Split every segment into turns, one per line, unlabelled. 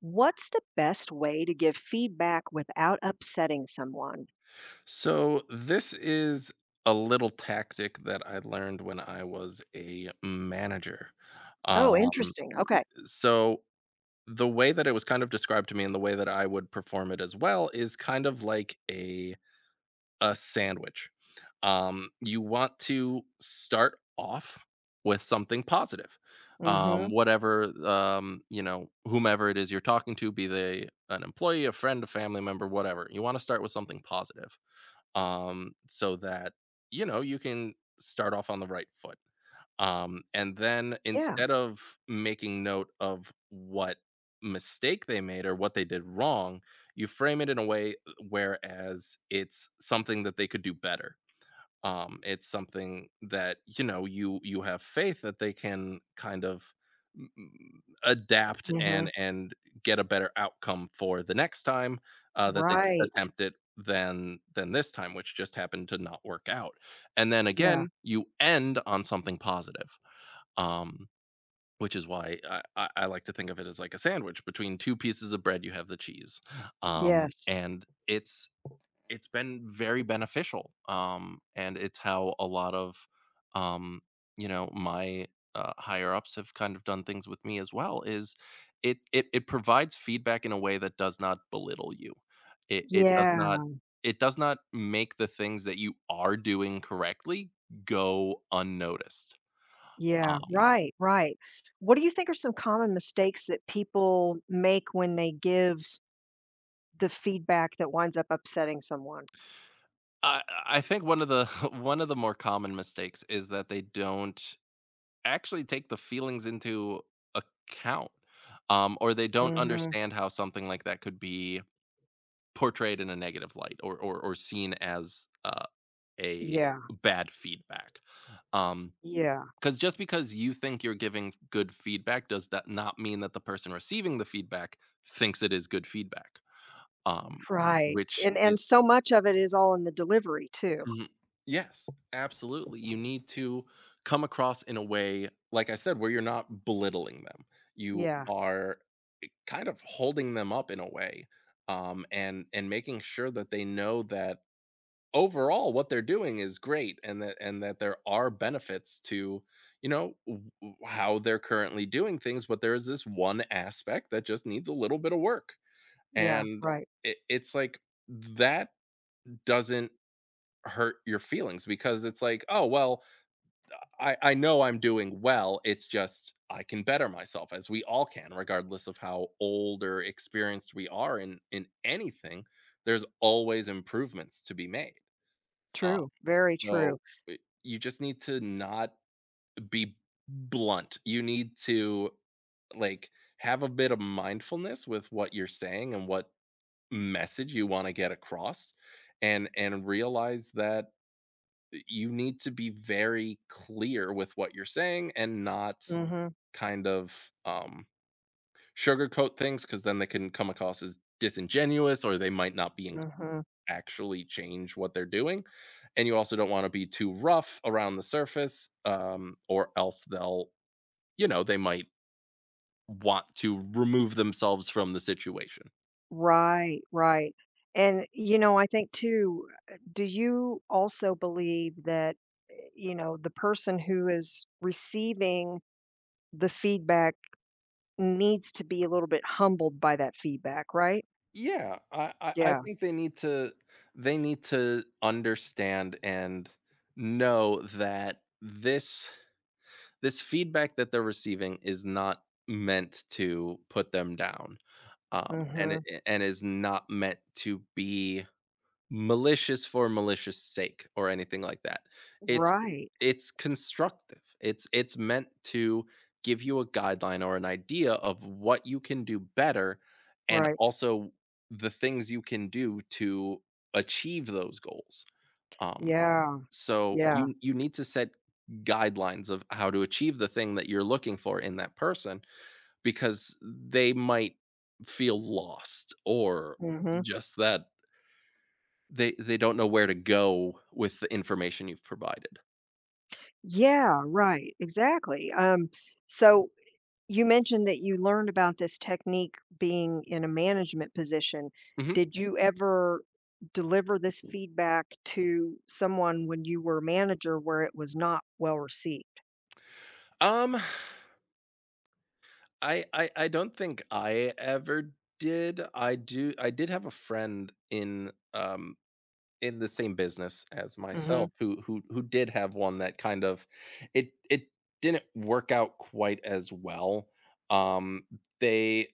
What's the best way to give feedback without upsetting someone?
So this is a little tactic that I learned when I was a manager.
Oh,
Um,
interesting. Okay.
so the way that it was kind of described to me and the way that I would perform it as well is kind of like a sandwich. You want to start off with something positive.
Mhm.
Whomever it is you're talking to, be they an employee, a friend, a family member, whatever. You want to start with something positive so that you know you can start off on the right foot. And then
Yeah.
instead of making note of what mistake they made or what they did wrong, you frame it in a way whereas it's something that they could do better. It's something that, you know, you have faith that they can kind of mm, adapt and
Mhm.
and get a better outcome for the next time that they
Right.
attempt it than this time, which just happened to not work out. And then
Yeah.
again, you end on something positive. Um, which is why I like to think of it as like a sandwich between two pieces of bread. You have the cheese, um,
Yes.
and it's it's been very beneficial. And it's how a lot of, um, you know, my higher ups have kind of done things with me as well. Is it it it provides feedback in a way that does not belittle you. It it does not
Yeah.
it does not make the things that you are doing correctly go unnoticed.
Yeah.
Um,
Right, right. What do you think are some common mistakes that people make when they give the feedback that winds up upsetting someone?
I think one of the one of the more common mistakes is that they don't actually take the feelings into account, or they don't
Mhm.
understand how something like that could be portrayed in a negative light or seen as a
Yeah.
bad feedback. Um,
Yeah.
because just because you think you're giving good feedback does that not mean that the person receiving the feedback thinks it is good feedback um,
Right.
which
And
is.
and so much of it is all in the delivery too.
Mhm. Yes, absolutely. You need to come across in a way, like I said, where you're not belittling them. You
Yeah.
are kind of holding them up in a way, and making sure that they know that overall what they're doing is great, and that there are benefits to, you know, how they're currently doing things, but there is this one aspect that just needs a little bit of work,
Yeah.
and
Right.
it's like that doesn't hurt your feelings because it's like, "Oh, well, I know I'm doing well. It's just I can better myself as we all can regardless of how old or experienced we are in anything. There's always improvements to be made." Uh,
True. Very true.
so it you just need to not be blunt. You need to, like, have a bit of mindfulness with what you're saying and what message you wanna get across and realize that you need to be very clear with what you're saying and not
Mhm.
kind of um, sugarcoat things because then they can come across as disingenuous or they might not be
Mhm.
actually change what they're doing. And you also don't want to be too rough around the surface or else they'll, you know, they might want to remove themselves from the situation.
Right, right. And, I think too, do you also believe that, the person who is receiving the feedback needs to be a little bit humbled by that feedback, right?
Yeah, I
Yeah.
think they need to understand and know that this feedback that they're receiving is not meant to put them down
Mhm.
and is not meant to be malicious for malicious sake or anything like that. it's
Right.
it's constructive. It's meant to give you a guideline or an idea of what you can do better and
Right.
also the things you can do to achieve those goals um,
Yeah.
so
Yeah.
you need to set guidelines of how to achieve the thing that you're looking for in that person because they might feel lost or
Mhm.
just that they don't know where to go with the information you've provided.
Yeah, right. Exactly. So you mentioned that you learned about this technique being in a management position.
Mhm.
Did you, mhm, ever deliver this feedback to someone when you were manager where it was not well received?
Um I don't think I ever did. I did have a friend in the same business as
Mhm.
myself who who did have one that kind of it didn't work out quite as well. Um they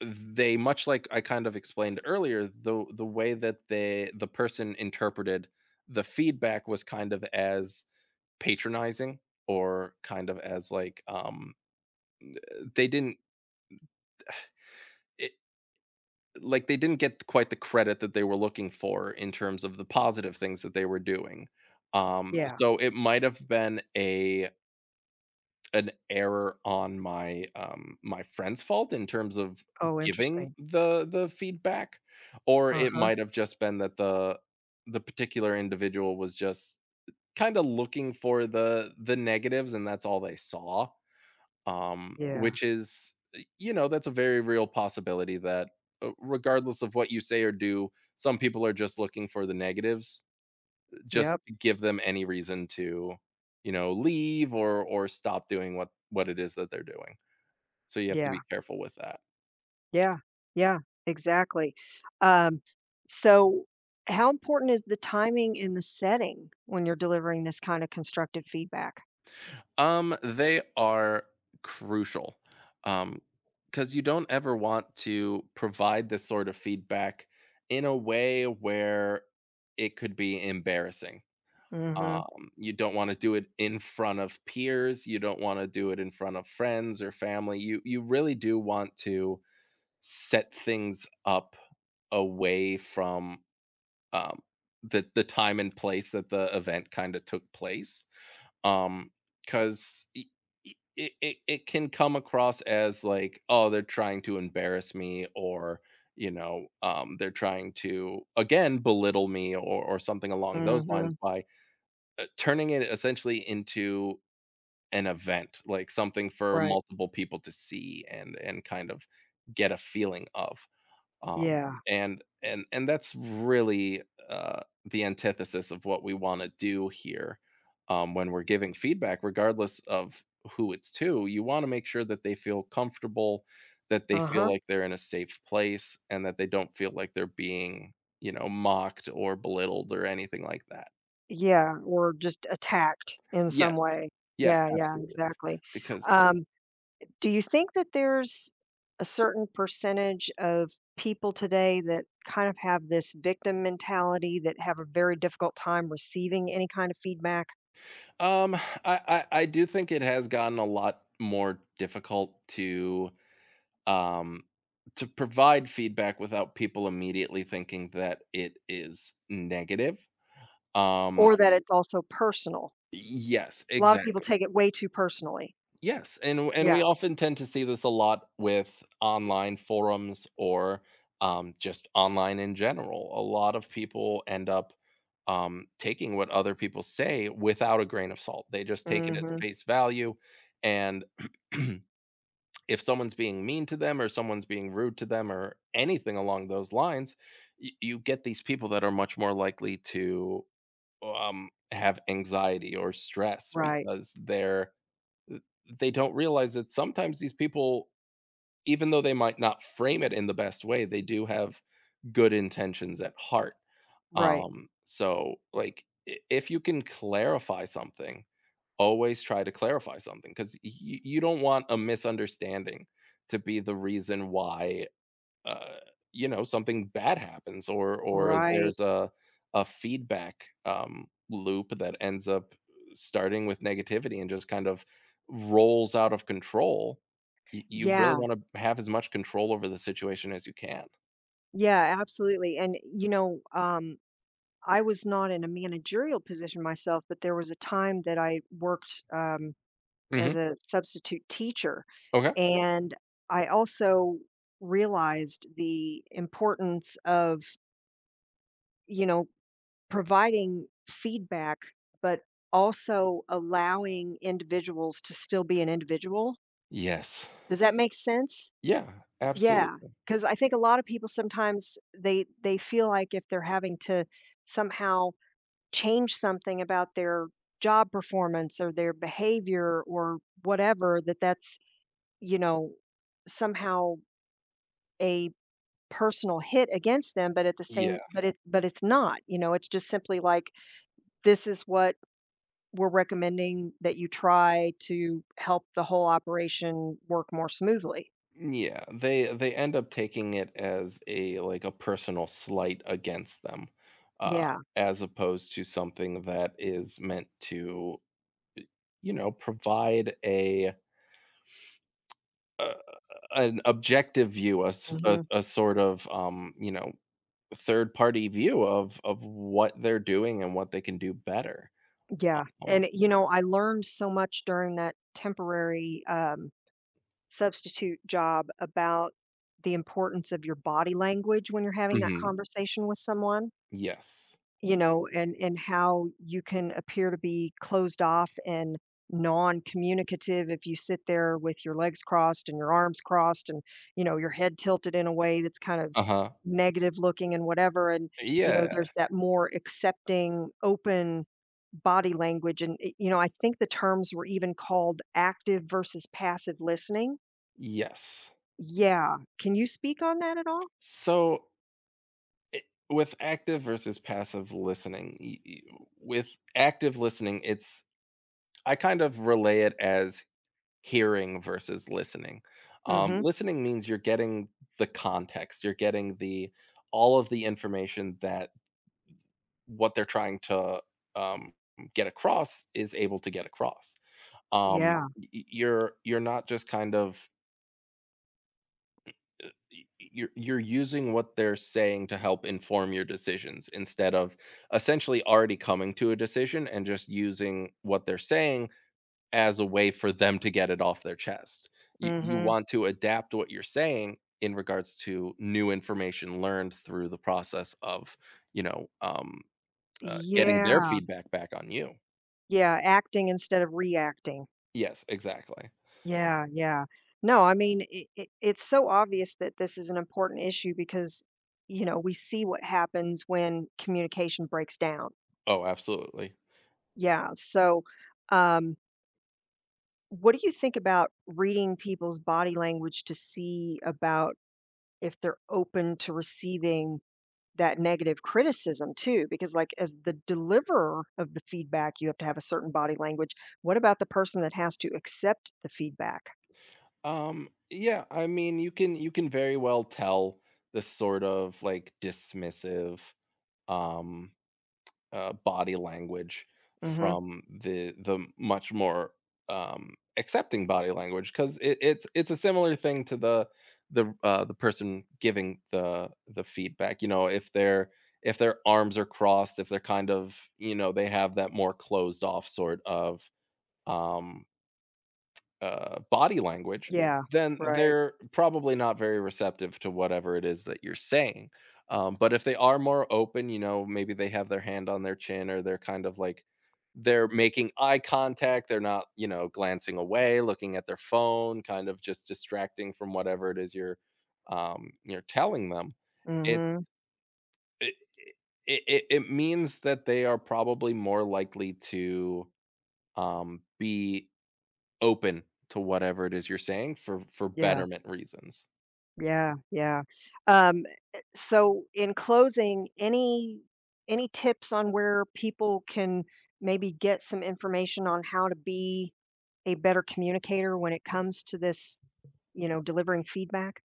they much like I kind of explained earlier, the way that the person interpreted the feedback was kind of as patronizing or kind of as like, they didn't, like they didn't get quite the credit that they were looking for in terms of the positive things that they were doing.
Yeah. Yeah.
So it might have been a an error on my my friend's fault in terms of
Oh,
giving
interesting.
the feedback, or it
Uh-huh.
might have just been that the particular individual was just kind of looking for the negatives and that's all they saw,
Yeah.
which is, you know, that's a very real possibility that, regardless of what you say or do, some people are just looking for the negatives. Just
Yep.
give them any reason to, you know, leave or stop doing what it is that they're doing. So you have to
Yeah.
be careful with that.
Yeah. Yeah. Exactly. Um, so how important is the timing and the setting when you're delivering this kind of constructive feedback?
They are crucial. Um, because you don't ever want to provide this sort of feedback in a way where it could be embarrassing.
Mhm.
You don't wanna do it in front of peers, you don't wanna do it in front of friends or family, you really do want to set things up away from, um, the time and place that the event kinda took place, um, 'cause I it it it can come across as like, "Oh, they're trying to embarrass me," or, you know, they're trying to, again, belittle me or something along those lines
Mhm.
by turning it essentially into an event, like something for
Right.
multiple people to see and kind of get a feeling of. Um,
Yeah.
and that's really the antithesis of what we want to do here when we're giving feedback, regardless of who it's to. You want to make sure that they feel comfortable, that they feel
Uh-huh.
like they're in a safe place, and that they don't feel like they're being, you know, mocked or belittled or anything like that.
Yeah, or just attacked in some
Yes.
way.
Yeah,
Yeah, yeah,
absolutely.
exactly.
Because,
Um, do you think that there's a certain percentage of people today that kind of have this victim mentality that have a very difficult time receiving any kind of feedback
um, I do think it has gotten a lot more difficult um, to provide feedback without people immediately thinking that it is negative. Um,
or that it's also personal?
yes,
A lot of people
exactly.
take it way too personally.
Yes, and we
Yeah.
often tend to see this a lot with online forums or, just online in general. A lot of people end up, taking what other people say without a grain of salt. They just take it at
Mhm.
face value, and if someone's being mean to them or someone's being rude to them or anything along those lines, y you get these people that are much more likely to, have anxiety or stress
Right.
because they're they don't realize that sometimes these people, even though they might not frame it in the best way, they do have good intentions at heart.
Right.
So like if you can clarify something, always try to clarify something because you don't want a misunderstanding to be the reason why, uh, you know, something bad happens or
Right.
there's a feedback loop that ends up starting with negativity and just kind of rolls out of control. You really
Yeah.
want to have as much control over the situation as you can.
Yeah, absolutely. And I was not in a managerial position myself, but there was a time that I worked as
Hmm.
a substitute teacher.
Okay.
And I also realized the importance of, you know, providing feedback, but also allowing individuals to still be an individual.
Yes.
Does that make sense?
Yeah.
Yeah,
Absolutely.
because I think a lot of people sometimes they feel like if they're having to somehow change something about their job performance or their behavior, or whatever that's you know somehow a personal hit against them, but at the
Yeah.
same but it but it's not. It's just simply like, this is what we're recommending that you try, to help the whole operation work more smoothly.
Yeah. They end up taking it as a like a personal slight against them, uh,
Yeah.
as opposed to something that is meant to, you know, provide a an objective view, a s
Hmm.
a sort of, you know, third party view of what they're doing and what they can do better.
Yeah. And
Um.
I learned so much during that temporary substitute job about the importance of your body language when you're having that
Mhm.
conversation with someone,
Yes.
you know, and how you can appear to be closed off and non-communicative if you sit there with your legs crossed and your arms crossed and, your head tilted in a way that's kind of
Uh-huh.
negative looking and whatever. And, you know,
Yeah.
there's that more accepting, open body language. And, I think the terms were even called active versus passive listening.
Yes.
Yeah. Can you speak on that at all?
So, I with active versus passive listening, y y with active listening, it's I kind of relay it as hearing versus listening.
Mhm.
Listening means you're getting the context, you're getting the all of the information that what they're trying to um, get across is able to get across.
Yeah.
You're not just kind of, you're using what they're saying to help inform your decisions instead of essentially already coming to a decision and just using what they're saying as a way for them to get it off their chest. You
Mhm.
want to adapt what you're saying in regards to new information learned through the process of, you know, getting their
Yeah.
feedback back on you.
Yeah, acting instead of reacting.
Yes, exactly.
Yeah, yeah. No, I mean, it's so obvious that this is an important issue because, we see what happens when communication breaks down.
Oh, absolutely.
Yeah, so, um, what do you think about reading people's body language to see about if they're open to receiving that negative criticism too? Because, like, as the deliverer of the feedback, you have to have a certain body language. What about the person that has to accept the feedback?
Yeah, I mean, you can very well tell the sort of like dismissive, um body language
Mhm.
from the much more accepting body language because it's a similar thing to the the person giving the feedback. You know, if they're if their arms are crossed, if they're kind of, you know, they have that more closed off sort of um, body language,
Yeah. Yeah.
then
Right.
they're probably not very receptive to whatever it is that you're saying. But if they are more open, you know, maybe they have their hand on their chin or they're kind of like they're making eye contact, they're not, you know, glancing away, looking at their phone, kind of just distracting from whatever it is you're, you're telling them. It's
Mhm.
it, it it means that they are probably more likely to, be open to whatever it is you're saying for
Yeah.
betterment reasons.
Yeah. Yeah. Um eh, so in closing, any tips on where people can maybe get some information on how to be a better communicator when it comes to this, delivering feedback?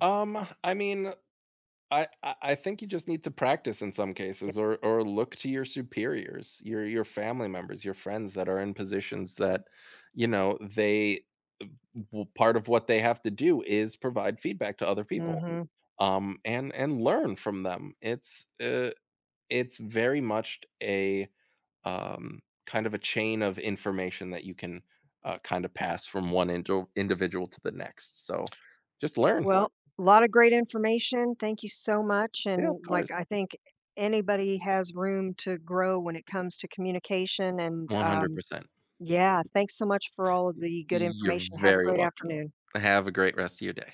Um, I mean, I think you just need to practice in some cases or look to your superiors, your family members, your friends that are in positions that, you know, they part of what they have to do is provide feedback to other people.
Mhm.
And learn from them. It's very much a kind of a chain of information that you can kind of pass from one individual to the next. So just learn.
Well, a lot of great information. Thank you so much.
Yeah, of
And,
course.
like, I think anybody has room to grow when it comes to communication. And
100%.
yeah, thanks so much for all of the good
You're
information. Have a
very
great
welcome.
afternoon.
Have a great rest of your day.